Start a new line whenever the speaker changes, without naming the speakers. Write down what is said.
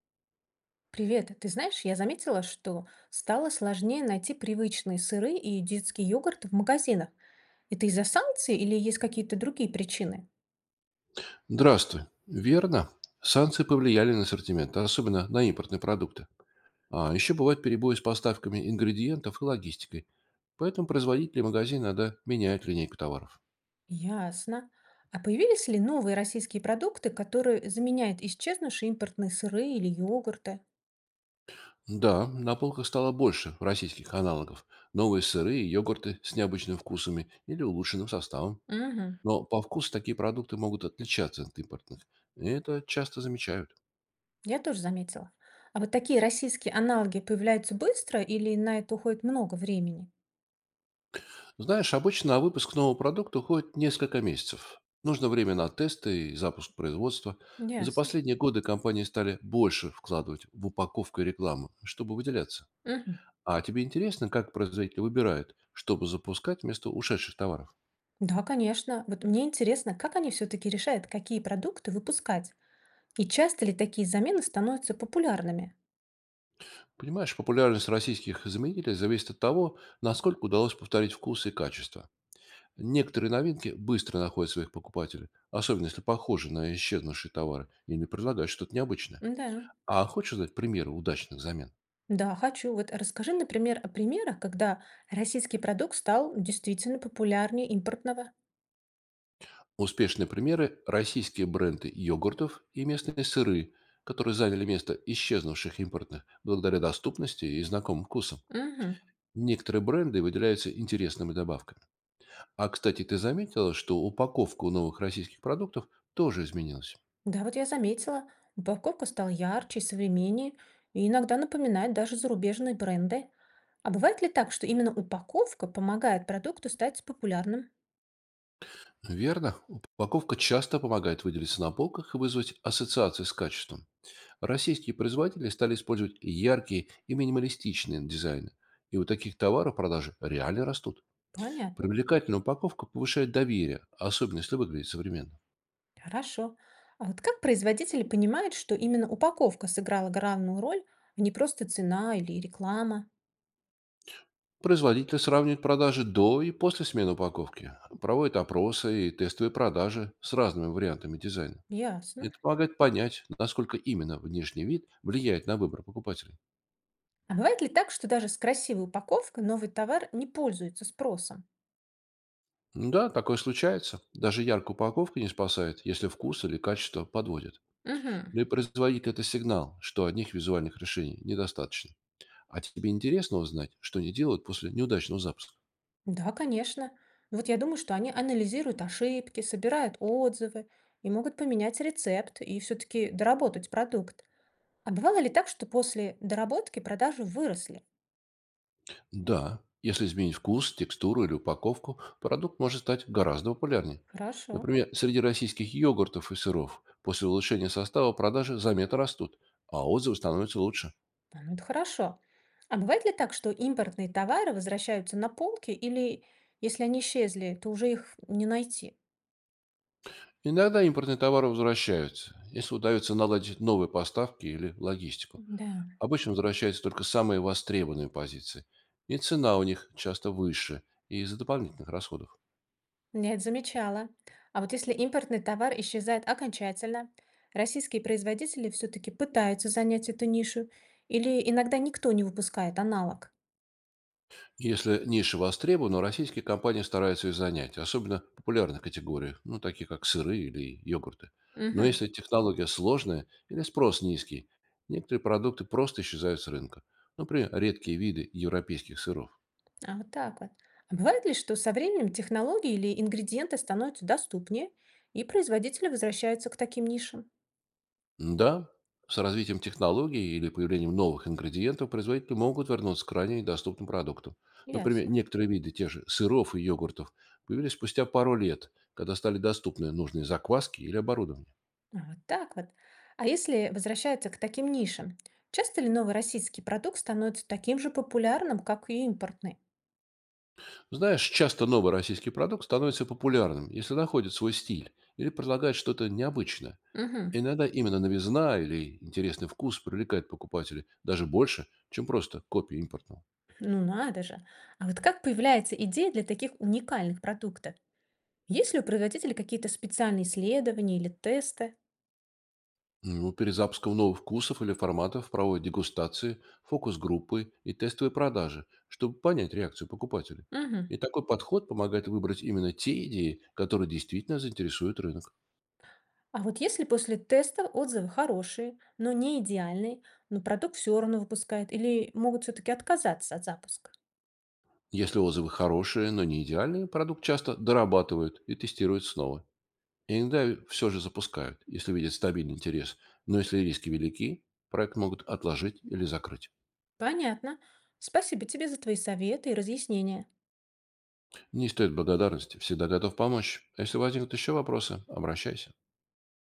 Привет, ты знаешь, я заметила, что стало сложнее найти привычные сыры и детский йогурт в магазинах. Это из-за санкций или есть какие-то другие причины?
Здравствуй. Верно. Санкции повлияли на ассортимент, а особенно на импортные продукты. А еще бывают перебои с поставками ингредиентов и логистикой. Поэтому производители магазина иногда меняют линейку товаров.
Ясно. А появились ли новые российские продукты, которые заменяют исчезнувшие импортные сыры или йогурты?
Да, на полках стало больше российских аналогов. Новые сыры и йогурты с необычными вкусами или улучшенным составом.
Угу,
Но по вкусу такие продукты могут отличаться от импортных. И это часто замечают.
я тоже заметила. А вот такие российские аналоги появляются быстро или на это уходит много времени?
Знаешь, обычно на выпуск нового продукта уходит несколько месяцев. Нужно время на тесты и запуск производства. За
Ясно.
последние годы компании стали больше вкладывать в упаковку и рекламу, чтобы выделяться.
Мгм.
А тебе интересно, как производители выбирают, чтобы запускать вместо ушедших товаров?
Да, конечно. Вот мне интересно, как они все-таки решают, какие продукты выпускать? И часто ли такие замены становятся популярными?
Понимаешь, популярность российских заменителей зависит от того, насколько удалось повторить вкус и качество. Некоторые новинки быстро находят своих покупателей, особенно если похожи на исчезнувшие товары или предлагают что-то необычное.
Да,
А хочешь дать примеры удачных замен?
да, хочу. Вот расскажи, например, о примерах, когда российский продукт стал действительно популярнее импортного.
Успешные примеры — российские бренды йогуртов и местные сыры, которые заняли место исчезнувших импортных благодаря доступности и знакомым вкусам.
Мгм.
Некоторые бренды выделяются интересными добавками. А, кстати, ты заметила, что упаковка у новых российских продуктов тоже изменилась?
Да, вот я заметила, упаковка стала ярче, и современнее, и иногда напоминает даже зарубежные бренды. А бывает ли так, что именно упаковка помогает продукту стать популярным?
Верно. Упаковка часто помогает выделиться на полках и вызвать ассоциации с качеством. Российские производители стали использовать яркие и минималистичные дизайны. И у таких товаров продажи реально растут.
Понятно.
Привлекательная упаковка повышает доверие, особенно если выглядит современно.
Хорошо. А вот как производители понимают, что именно упаковка сыграла главную роль, а не просто цена или реклама?
Производители сравнивают продажи до и после смены упаковки, проводят опросы и тестовые продажи с разными вариантами дизайна.
Ясно.
Это помогает понять, насколько именно внешний вид влияет на выбор покупателей.
А бывает ли так, что даже с красивой упаковкой новый товар не пользуется спросом?
Да, такое случается. Даже яркая упаковка не спасает, если вкус или качество подводят.
Мгм.
Но и производитель — это сигнал, что одних визуальных решений недостаточно. А тебе интересно узнать, что они делают после неудачного запуска?
Да, конечно. Ну, вот я думаю, что они анализируют ошибки, собирают отзывы и могут поменять рецепт и все-таки доработать продукт. А бывало ли так, что после доработки продажи выросли?
Да, если изменить вкус, текстуру или упаковку, продукт может стать гораздо популярнее.
Хорошо.
Например, среди российских йогуртов и сыров после улучшения состава продажи заметно растут, а отзывы становятся лучше.
А, ну, это хорошо. А бывает ли так, что импортные товары возвращаются на полки или, если они исчезли, то уже их не найти?
Иногда импортные товары возвращаются, если удается наладить новые поставки или логистику.
Да.
Обычно возвращаются только самые востребованные позиции, и цена у них часто выше из-за дополнительных расходов.
Нет, замечала. А вот если импортный товар исчезает окончательно, российские производители все-таки пытаются занять эту нишу, или иногда никто не выпускает аналог.
Если ниша востребована, российские компании стараются ее занять, особенно в популярных категорий, ну, такие как сыры или йогурты. Но
Мгм.
если технология сложная или спрос низкий, некоторые продукты просто исчезают с рынка. Например, редкие виды европейских сыров.
А вот так вот. А бывает ли, что со временем технологии или ингредиенты становятся доступнее, и производители возвращаются к таким нишам?
Да, с развитием технологий или появлением новых ингредиентов производители могут вернуться к ранее доступным продуктам. Например,
Ясно.
некоторые виды тех же сыров и йогуртов появились спустя пару лет, когда стали доступны нужные закваски или оборудование.
А вот так вот. А если возвращаются к таким нишам, часто ли новый российский продукт становится таким же популярным, как и импортный?
Знаешь, часто новый российский продукт становится популярным, если находит свой стиль или предлагает что-то необычное.
Угу.
Иногда именно новизна или интересный вкус привлекает покупателей даже больше, чем просто копия импортного.
Ну надо же. А вот как появляется идея для таких уникальных продуктов? Есть ли у производителя какие-то специальные исследования или тесты?
Ну, перед запуском новых вкусов или форматов проводят дегустации, фокус-группы и тестовые продажи, чтобы понять реакцию покупателей.
Мгм.
И такой подход помогает выбрать именно те идеи, которые действительно заинтересуют рынок.
А вот если после теста отзывы хорошие, но не идеальные, но продукт все равно выпускают или могут все-таки отказаться от запуска?
Если отзывы хорошие, но не идеальные, продукт часто дорабатывают и тестируют снова. Иногда все же запускают, если видят стабильный интерес, но если риски велики, проект могут отложить или закрыть.
Понятно. Спасибо тебе за твои советы и разъяснения.
Не стоит благодарности, всегда готов помочь. А если возникнут еще вопросы, обращайся.